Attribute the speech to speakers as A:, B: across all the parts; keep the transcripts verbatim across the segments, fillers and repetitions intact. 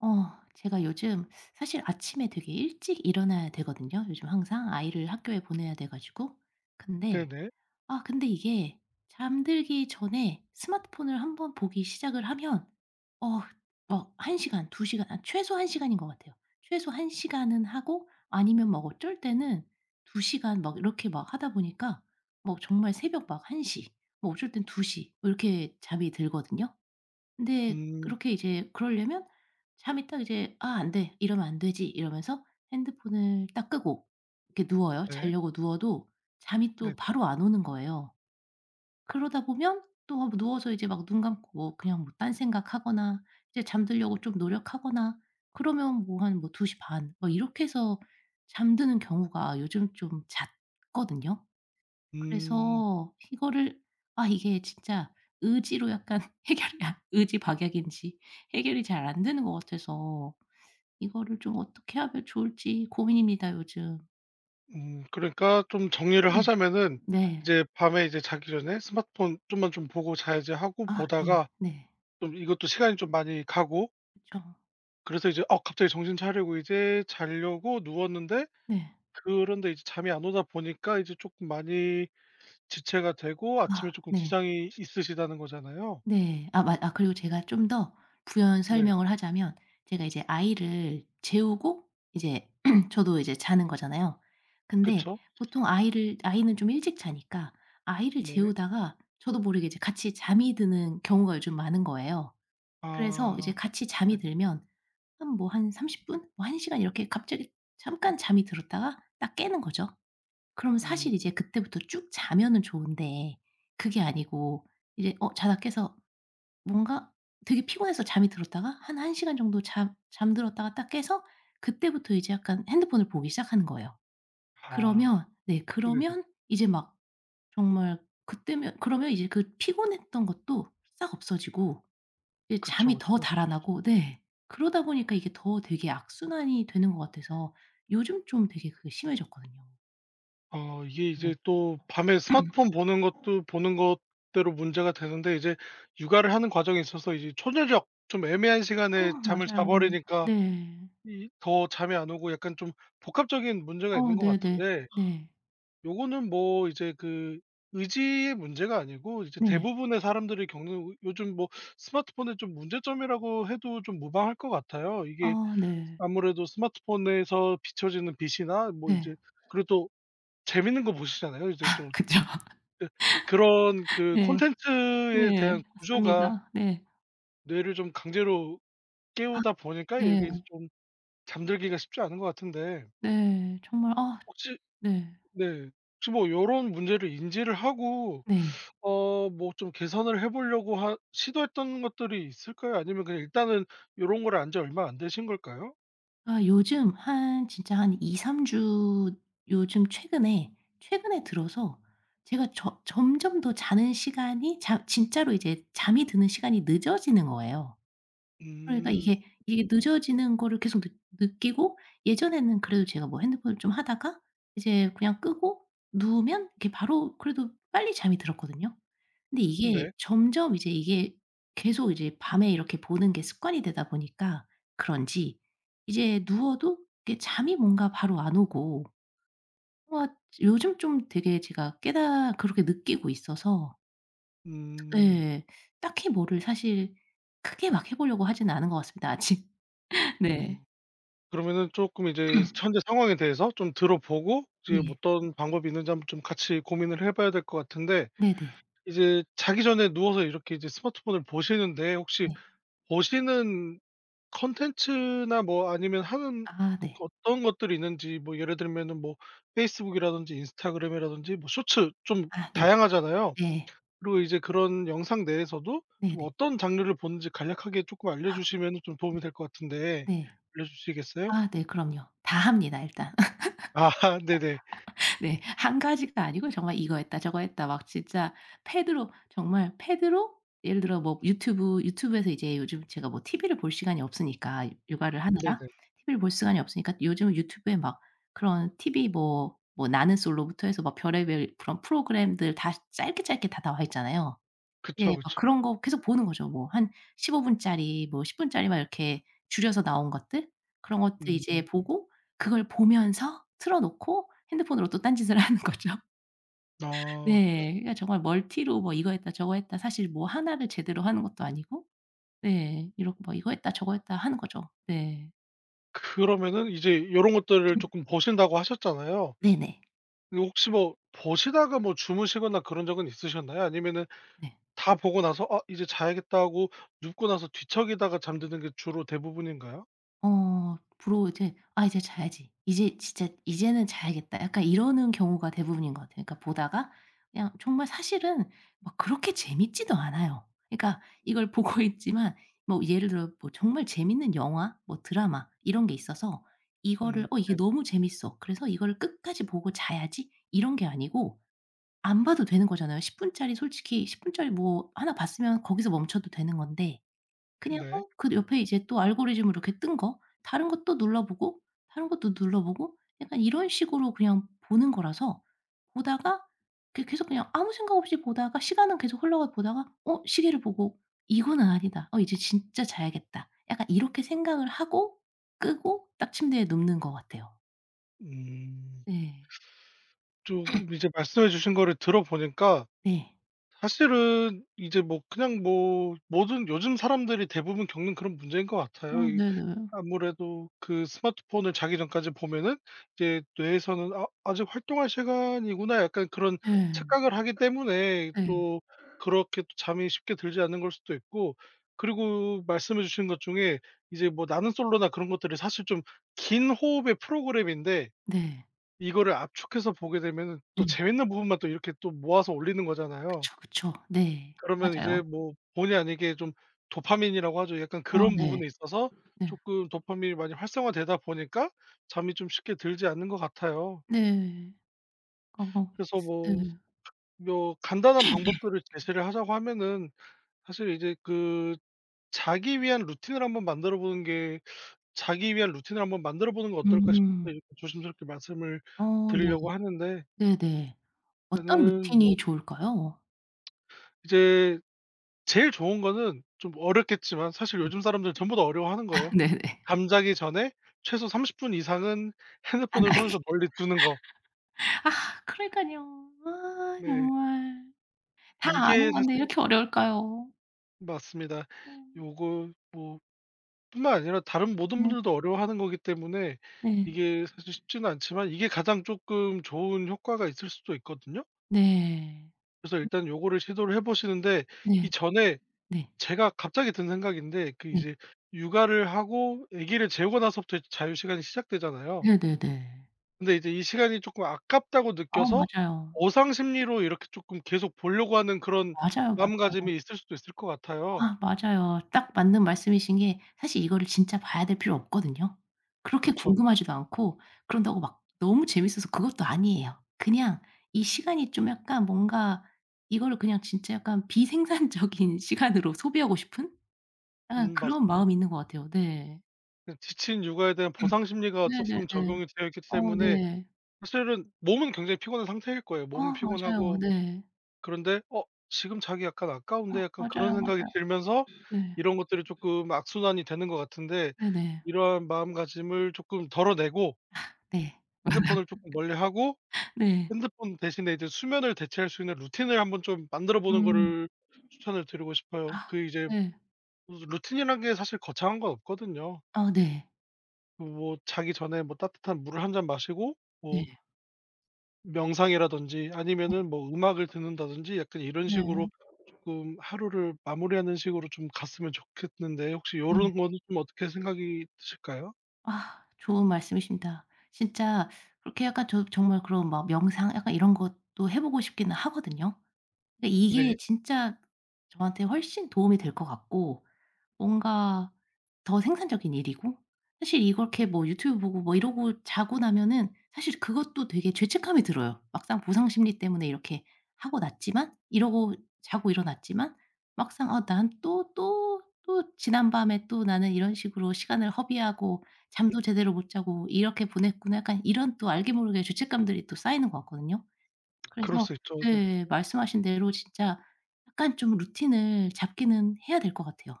A: 어 제가 요즘 사실 아침에 되게 일찍 일어나야 되거든요 요즘 항상. 아이를 학교에 보내야 돼 가지고. 근데
B: 네네.
A: 아 근데 이게 잠들기 전에 스마트폰을 한번 보기 시작을 하면 어 막 한 시간, 두 시간 아 최소 한 시간인 것 같아요. 최소 한 시간은 하고 아니면 막 어쩔 때는 두 시간 막 이렇게 막 하다 보니까 뭐 정말 새벽 막 한 시 뭐 어쩔 땐 두시 뭐 이렇게 잠이 들거든요. 근데
B: 음.
A: 그렇게 이제 그러려면 잠이 딱 이제 '아 안 돼. 이러면 안 되지.' 이러면서 핸드폰을 딱 끄고 이렇게 누워요.
B: 네.
A: 자려고 누워도 잠이 또
B: 네네.
A: 바로 안 오는 거예요. 그러다 보면 또 아 뭐 누워서 이제 막 눈 감고 뭐 그냥 뭐 딴 생각하거나 이제 잠들려고 좀 노력하거나 그러면 뭐 한 뭐 2 시 반 뭐 이렇게 해서 잠드는 경우가 요즘 좀 잦거든요.
B: 음.
A: 그래서 이거를 아 이게 진짜 의지로 약간 해결이 안 의지 박약인지 해결이 잘 안 되는 것 같아서 이거를 좀 어떻게 하면 좋을지 고민입니다 요즘.
B: 음 그러니까 좀 정리를 하자면은
A: 네.
B: 이제 밤에 이제 자기 전에 스마트폰 좀만 좀 보고 자야지 하고
A: 아 네.
B: 보다가
A: 네.
B: 좀 이것도 시간이 좀 많이 가고,
A: 그
B: 그래서 이제 어 갑자기 정신 차리고 이제 자려고 누웠는데,
A: 네.
B: 그런데 이제 잠이 안 오다 보니까 이제 조금 많이 지체가 되고,
A: 아
B: 아침에 조금
A: 네.
B: 지장이 있으시다는 거잖아요.
A: 네. 아 맞아. 그리고 제가 좀 더 부연
B: 네.
A: 설명을 하자면 제가 이제 아이를 재우고 이제 저도 이제 자는 거잖아요. 근데
B: 그쵸?
A: 보통 아이를 아이는 좀 일찍 자니까 아이를
B: 네.
A: 재우다가 저도 모르게 이제 같이 잠이 드는 경우가 요즘 많은 거예요. 그래서 이제
B: 아,
A: 같이 잠이
B: 네.
A: 들면 한 뭐 한 30 분? 뭐 한 시간 이렇게 갑자기 잠깐 잠이 들었다가 딱 깨는 거죠. 그럼 사실
B: 음.
A: 이제 그때부터 쭉 자면은 좋은데 그게 아니고 이제 어 자다 깨서 뭔가 되게 피곤해서 잠이 들었다가 한 1 시간 정도 잠 잠들었다가 딱 깨서 그때부터 이제 약간 핸드폰을 보기 시작하는 거예요.
B: 아.
A: 그러면 네
B: 네네.
A: 그러면 이제 막 정말 그때면 그러면 이제 그 피곤했던 것도 싹 없어지고 이제
B: 그쵸,
A: 잠이 더
B: 그쵸.
A: 달아나고 네. 그러다 보니까 이게 더 되게 악순환이 되는 것 같아서 요즘 좀 되게 그게 심해졌거든요.
B: 어 이게
A: 네.
B: 이제 또 밤에 스마트폰 보는 것도 보는 것대로 문제가 되는데, 이제 육아를 하는 과정에 있어서 이제 초저녁 좀 애매한
A: 어
B: 시간에 잠을 자
A: 맞아요.
B: 버리니까
A: 네.
B: 이 더 잠이 안 오고 약간 좀 복합적인 문제가 있는
A: 어
B: 것
A: 네네.
B: 같은데,
A: 네.
B: 요거는 뭐 이제 그 의지의 문제가 아니고 이제
A: 네.
B: 대부분의 사람들이 겪는 우- 요즘 뭐 스마트폰의 좀 문제점이라고 해도 좀 무방할 것 같아요. 이게
A: 아 네.
B: 아무래도 스마트폰에서 비춰지는 빛이나 뭐
A: 네.
B: 이제 그리고 또 재밌는 거 보시잖아요. 이제 또
A: 그죠.
B: 그 그런 그
A: 네.
B: 콘텐츠에
A: 네.
B: 대한 구조가
A: 맞습니다. 네.
B: 뇌를 좀 강제로
A: 아
B: 깨우다 보니까
A: 네.
B: 이게 이제 좀 잠들기가 쉽지 않은 것 같은데,
A: 네. 정말 아
B: 혹시
A: 네.
B: 네. 혹시 뭐 요런 문제를 인지를 하고
A: 네.
B: 어 뭐 좀 개선을 해 보려고 하 시도했던 것들이 있을까요? 아니면 그냥 일단은 요런 걸 안 지 얼마 안 되신 걸까요?
A: 아 요즘 한 진짜 한 이삼 주 요즘 최근에, 최근에 들어서 제가 저 점점 더 자는 시간이 자 진짜로 이제 잠이 드는 시간이 늦어지는 거예요. 그러니까
B: 음.
A: 이게, 이게 늦어지는 거를 계속 느 느끼고 예전에는 그래도 제가 뭐 핸드폰을 좀 하다가 이제 그냥 끄고 누우면 이렇게 바로 그래도 빨리 잠이 들었거든요. 근데 이게
B: 네.
A: 점점 이제 이게 계속 이제 밤에 이렇게 보는 게 습관이 되다 보니까 그런지 이제 누워도 이게 잠이 뭔가 바로 안 오고 뭔가 요즘 좀 되게 제가 깨달 그렇게 느끼고 있어서
B: 음.
A: 예. 딱히 뭐를 사실 크게 막 해 보려고 하지는 않은 것 같습니다 아직. 네.
B: 음. 그러면은 쪼끔 이제 현재 상황에 대해서 좀 들어보고 이제
A: 네.
B: 어떤 방법이 있는지 한번 좀 같이 고민을 해 봐야 될 것 같은데,
A: 네네.
B: 이제 자기 전에 누워서 이렇게 이제 스마트폰을 보시는데, 혹시
A: 네.
B: 보시는 컨텐츠나 뭐 아니면 하는
A: 아 네.
B: 어떤 것들이 있는지, 뭐 예를 들면은 뭐 페이스북이라든지 인스타그램이라든지 뭐 쇼츠, 좀
A: 아 네.
B: 다양하잖아요.
A: 네.
B: 그리고 이제 그런 영상 내에서도 좀
A: 네네.
B: 어떤 장르를 보는지 간략하게 조금 알려
A: 아
B: 주시면 좀
A: 네.
B: 도움이 될 것 같은데,
A: 네.
B: 알려주시겠어요?
A: 아 네 그럼요. 다 합니다 일단.
B: 아, 네네.
A: 네. 한 가지가 아니고 정말 이거 했다 저거 했다 막 진짜 패드로 정말 패드로 예를 들어 뭐 유튜브 유튜브에서 이제 요즘 제가 뭐 티비를 볼 시간이 없으니까 육아를 하느라
B: 네네.
A: 티비를 볼 시간이 없으니까 요즘은 유튜브에 막 그런 티비 뭐 뭐 나는 솔로부터 해서 막 별의별 그런 프로그램들 다 짧게 짧게 다 나와 있잖아요.
B: 그쵸,
A: 예. 막
B: 그쵸.
A: 그런 거 계속 보는 거죠. 뭐 한 십오 분 분짜리 뭐 십 분 분짜리 막 이렇게 줄여서 나온 것들 그런 것들
B: 음.
A: 이제
B: 음.
A: 보고 그걸 보면서 틀어 놓고 핸드폰으로 또 딴짓을 하는 거죠.
B: 아.
A: 네. 그러니까 정말 멀티로 뭐 이거 했다 저거 했다 사실 뭐 하나를 제대로 하는 것도 아니고 네. 이게뭐 이거 했다 저거 했다 하는 거죠. 네.
B: 그러면은 이제 이런 것들을 조금 보신다고 하셨잖아요.
A: 네네.
B: 혹시 뭐 보시다가 뭐 주무시거나 그런 적은 있으셨나요? 아니면은
A: 네.
B: 다 보고 나서 '아 이제 자야겠다.' 하고 눕고 나서 뒤척이다가 잠드는 게 주로 대부분인가요?
A: 어 부러워 이제 '아 이제 자야지. 이제 진짜 이제는 자야겠다.' 약간 이러는 경우가 대부분인 것 같아요. 그러니까 보다가 그냥 정말 사실은 막 그렇게 재밌지도 않아요. 그러니까 이걸 보고 있지만 뭐 예를 들어 뭐 정말 재밌는 영화 뭐 드라마 이런 게 있어서
B: 음.
A: 이거를 '어 이게
B: 네.
A: 너무 재밌어. 그래서 이거를 끝까지 보고 자야지.' 이런 게 아니고 안 봐도 되는 거잖아요. 십 분 분짜리 솔직히 십 분 분짜리 뭐나 봤으면 거기서 멈춰도 되는 건데 그냥
B: 네.
A: 어 그 옆에 이제 또 알고리즘으로 이렇게 뜬 거 다른 것도 눌러보고 다른 것도 눌러보고 약간 이런 식으로 그냥 보는 거라서 보다가 그 계속 그냥 아무 생각 없이 보다가 시간은 계속 흘러가 보다가 어 시계를 보고 '이거는 아니다. 어 이제 진짜 자야겠다.' 약간 이렇게 생각을 하고 끄고 딱 침대에 눕는 것 같아요.
B: 음.
A: 네.
B: 쪼금 이제 말씀해 주신 거를 들어보니까
A: 네.
B: 사실은 이제 뭐 그냥 뭐 모든 요즘 사람들이 대부분 겪는 그런 문제인 것 같아요.
A: 어
B: 이
A: 네네.
B: 아무래도 그 스마트폰을 자기 전까지 보면은 이제 뇌에서는 '아 아직 활동할 시간이구나.' 약간 그런
A: 네.
B: 착각을 하기 때문에
A: 네.
B: 또 그렇게 또 잠이 쉽게 들지 않는 걸 수도 있고, 그리고 말씀해 주신 것 중에 이제 뭐 나는 솔로나 그런 것들이 사실 좀 긴 호흡의 프로그램인데,
A: 네.
B: 이거를 압축해서 보게 되면은 또
A: 네.
B: 재밌는 부분만 또 이렇게 또 모아서 올리는 거잖아요.
A: 그쵸, 그쵸. 네.
B: 그러면 이제
A: 맞아요.
B: 뭐 본의 아니게 좀 도파민이라고 하죠. 약간
A: 어,
B: 그런
A: 네.
B: 부분에 있어서
A: 네.
B: 조금 도파민이 많이 활성화되다 보니까 잠이 좀 쉽게 들지 않는 것 같아요.
A: 네. 어
B: 그래서 뭐
A: 네.
B: 뭐 간단한 방법들을 제시를 하자고 하면은 사실 이제 그 자기 위한 루틴을 한번 만들어 보는 게, '자기 위한 루틴을 한번 만들어 보는 건 어떨까?' 싶어서
A: 음.
B: 이렇게 조심스럽게 말씀을
A: 어 네.
B: 드리려고 하는데,
A: 네네. 어떤
B: 저는 뭐
A: 루틴이 좋을까요?
B: 이제 제일 좋은 거는 좀 어렵겠지만 사실
A: 네.
B: 요즘 사람들은 전부 다 어려워하는 거예요.
A: 네네.
B: 잠자기 전에 최소 삼십 분 이상은
A: 안
B: 핸드폰을
A: 하게.
B: 손에서 멀리 두는 거.
A: 아 그러니깐요. 아
B: 네.
A: 정말. 다
B: 이게
A: 아는 건데
B: 사실
A: 이렇게 어려울까요?
B: 맞습니다.
A: 음.
B: 요거 뭐 뿐만 아니라 다른 모든
A: 네.
B: 분들도 어려워하는 거기 때문에
A: 네.
B: 이게 사실 쉽지는 않지만 이게 가장 쪼끔 좋은 효과가 있을 수도 있거든요.
A: 네.
B: 그래서 일단 요거를 시도를 해 보시는데,
A: 네.
B: 이전에
A: 네.
B: 제가 갑자기 든 생각인데, 그
A: 네.
B: 이제 육아를 하고 아기를 재우고 나서부터 이제 자유 시간이 시작되잖아요.
A: 네네네.
B: 근데 이제 이 시간이 조금 아깝다고
A: 아
B: 느껴서
A: 맞아요.
B: 보상 심리로 이렇게 조금 계속 보려고 하는 그런
A: 맞아요, 맞아요.
B: 마음가짐이 있을 수도 있을 것 같아요.
A: 아 맞아요. 딱 맞는 말씀이신 게 사실 이거를 진짜 봐야 될 필요 없거든요. 그렇게
B: 그쵸.
A: 궁금하지도 않고 그런다고 막 너무 재밌어서 그것도 아니에요. 그냥 이 시간이 좀 약간 뭔가 이거를 그냥 진짜 약간 비생산적인 시간으로 소비하고 싶은 약간
B: 음
A: 그런
B: 맞습니다.
A: 마음이 있는 것 같아요. 네.
B: 네, 지친 육아에 대한 보상 심리가 조금
A: 네네네.
B: 적용이 되어 있기
A: 어
B: 때문에
A: 네.
B: 사실은 몸은 굉장히 피곤한 상태일 거예요. 몸은
A: 아 맞아요.
B: 피곤하고,
A: 네.
B: 그런데 '어 지금 자기 약간
A: 아
B: 아까운데.' 약간 그런
A: 맞아요,
B: 생각이
A: 맞아요.
B: 들면서
A: 네.
B: 이런 것들이 조금 악순환이 되는 것 같은데,
A: 네네.
B: 이러한 마음가짐을 조금 덜어내고
A: 네.
B: 핸드폰을 조금 멀리하고
A: 네.
B: 핸드폰 대신에 이제 수면을 대체할 수 있는 루틴을 한번 좀 만들어 보는
A: 음.
B: 거를 추천을 드리고 싶어요.
A: 아
B: 그 이제
A: 네.
B: 루틴이란 게 사실 거창한 건 없거든요.
A: 아 네.
B: 그뭐 자기 전에 뭐 따뜻한 물을 한 잔 마시고 뭐
A: 네.
B: 명상이라든지
A: 네.
B: 아니면은 뭐 음악을 듣는다든지 약간 이런 식으로
A: 네.
B: 조금 하루를 마무리하는 식으로 좀 갔으면 좋겠는데, 혹시
A: 네.
B: 요런 거는 좀 어떻게 생각이 드실까요?
A: 아 좋은 말씀이십니다. 진짜 그렇게 약간 저 정말 그런 막 명상 약간 이런 것도 해 보고 싶기는 하거든요. 근데 이게
B: 네.
A: 진짜 저한테 훨씬 도움이 될 것 같고 뭔가 더 생산적인 일이고 사실 이렇게 뭐 유튜브 보고 뭐 이러고 자고 나면은 사실 그것도 되게 죄책감이 들어요. 막상 보상 심리 때문에 이렇게 하고 났지만 이러고 자고 일어났지만 막상 '아 난 또 또 또 지난밤에 또 나는 이런 식으로 시간을 허비하고 잠도 제대로 못 자고 이렇게 보냈구나.' 약간 이런 또 알게 모르게 죄책감들이 또 쌓이는 것 같거든요.
B: 그럴
A: 그래서
B: 수 있죠. 네.
A: 네 말씀하신 대로 진짜 약간 좀 루틴을 잡기는 해야 될 것 같아요.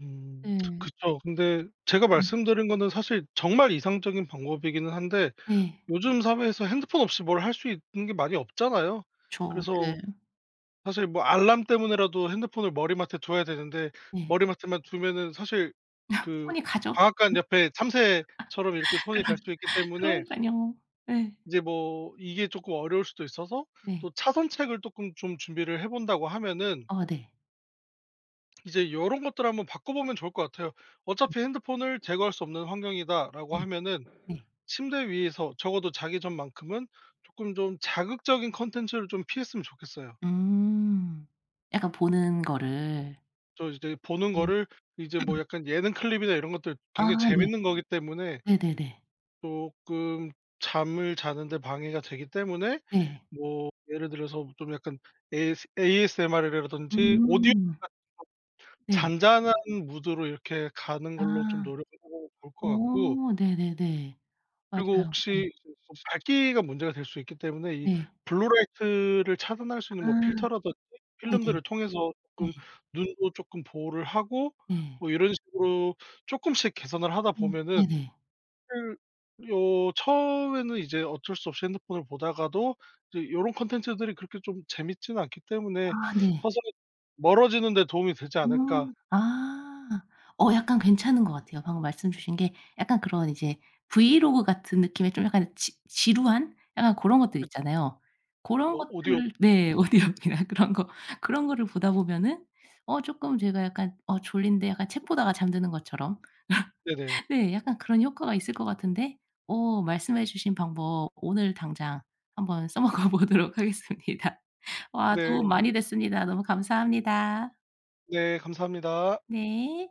B: 음.
A: 네.
B: 그쵸. 근데 제가
A: 음.
B: 말씀드린 거는 사실 정말 이상적인 방법이기는 한데,
A: 네.
B: 요즘 사회에서 핸드폰 없이 뭘 할 수 있는 게 많이 없잖아요.
A: 그쵸. 네.
B: 그래서 사실 뭐 알람 때문에라도 핸드폰을 머리맡에 둬야 되는데,
A: 네.
B: 머리맡에만 두면은 사실 그
A: 손이 가죠.
B: 방앗간 옆에 참새처럼 이렇게 손이
A: 그러
B: 갈 수 있기 때문에
A: 그러니깐요. 예.
B: 이제 뭐 이게 쪼끔 어려울 수도 있어서,
A: 네.
B: 또 차선책을 쪼끔 좀 준비를 해 본다고 하면은
A: 어 네.
B: 이제 요런 것들 한번 바꿔보면 좋을 것 같아요.
A: 음
B: "어차피 핸드폰을 제거할 수 없는 환경이다."라고
A: 네.
B: 하면은
A: 네.
B: 침대 위에서 적어도 자기 전만큼은 조금 좀 자극적인 컨텐츠를 좀 피했으면 좋겠어요.
A: 음. 약간 보는 거를.
B: 저 이제 보는
A: 네.
B: 거를 이제 뭐 약간 예능 클립이나 이런 것들
A: 아
B: 굉장히
A: 네.
B: 재밌는 거기 때문에
A: 네네네.
B: 조금 잠을 자는 데 방해가 되기 때문에,
A: 네.
B: 뭐 예를 들어서 좀 약간 에이에스엠알 이라든지 오디오가
A: 음. 네.
B: 잔잔한 무드로 이렇게 가는 걸로 좀
A: 아.
B: 노력을 볼면 좋을 것 같고,
A: 어 네네네.
B: 그리고
A: 맞아요. 네.
B: 혹시 좀 밝기가 문제가 될 수 있기 때문에 이
A: 네.
B: 블루라이트를 차단할 수 있는
A: 아
B: 뭐 필터라든지
A: 네네.
B: 필름들을 통해서
A: 네.
B: 쪼끔 눈도 쪼끔 보호를 하고
A: 네.
B: 뭐 이런 식으로 쪼끔씩 개선을 하다
A: 음
B: 보면은,
A: 네네.
B: 사실 요 처음에는 이제 어쩔 수 없이 핸드폰을 보다가도 이제 요런 콘텐츠들이 그렇게 좀 재밌지는 않기 때문에
A: 아 네.
B: 서서히 멀어지는 데 도움이 되지 않을까.
A: 음. 아. 어 약간 괜찮은 것 같아요. 방금 말씀 주신 게 약간 그런 이제 브이로그 같은 느낌의 좀 약간 지 지루한 약간 고런 것들
B: 그
A: 있잖아요. 고런
B: 오 오디오.
A: 것들 네.
B: 네.
A: 오디오북이나 그런 거 그런 거를 보다 보면은 어 쪼끔 제가 약간 어 졸린데 약간 책 보다가 잠드는 것처럼
B: 네네.
A: 네 약간 그런 효과가 있을 것 같은데 어 말씀해 주신 방법 오늘 당장 한번 써먹어 보도록 하겠습니다. 와
B: 네.
A: 도움 많이 됐습니다. 너무 감사합니다.
B: 네 감사합니다.
A: 네.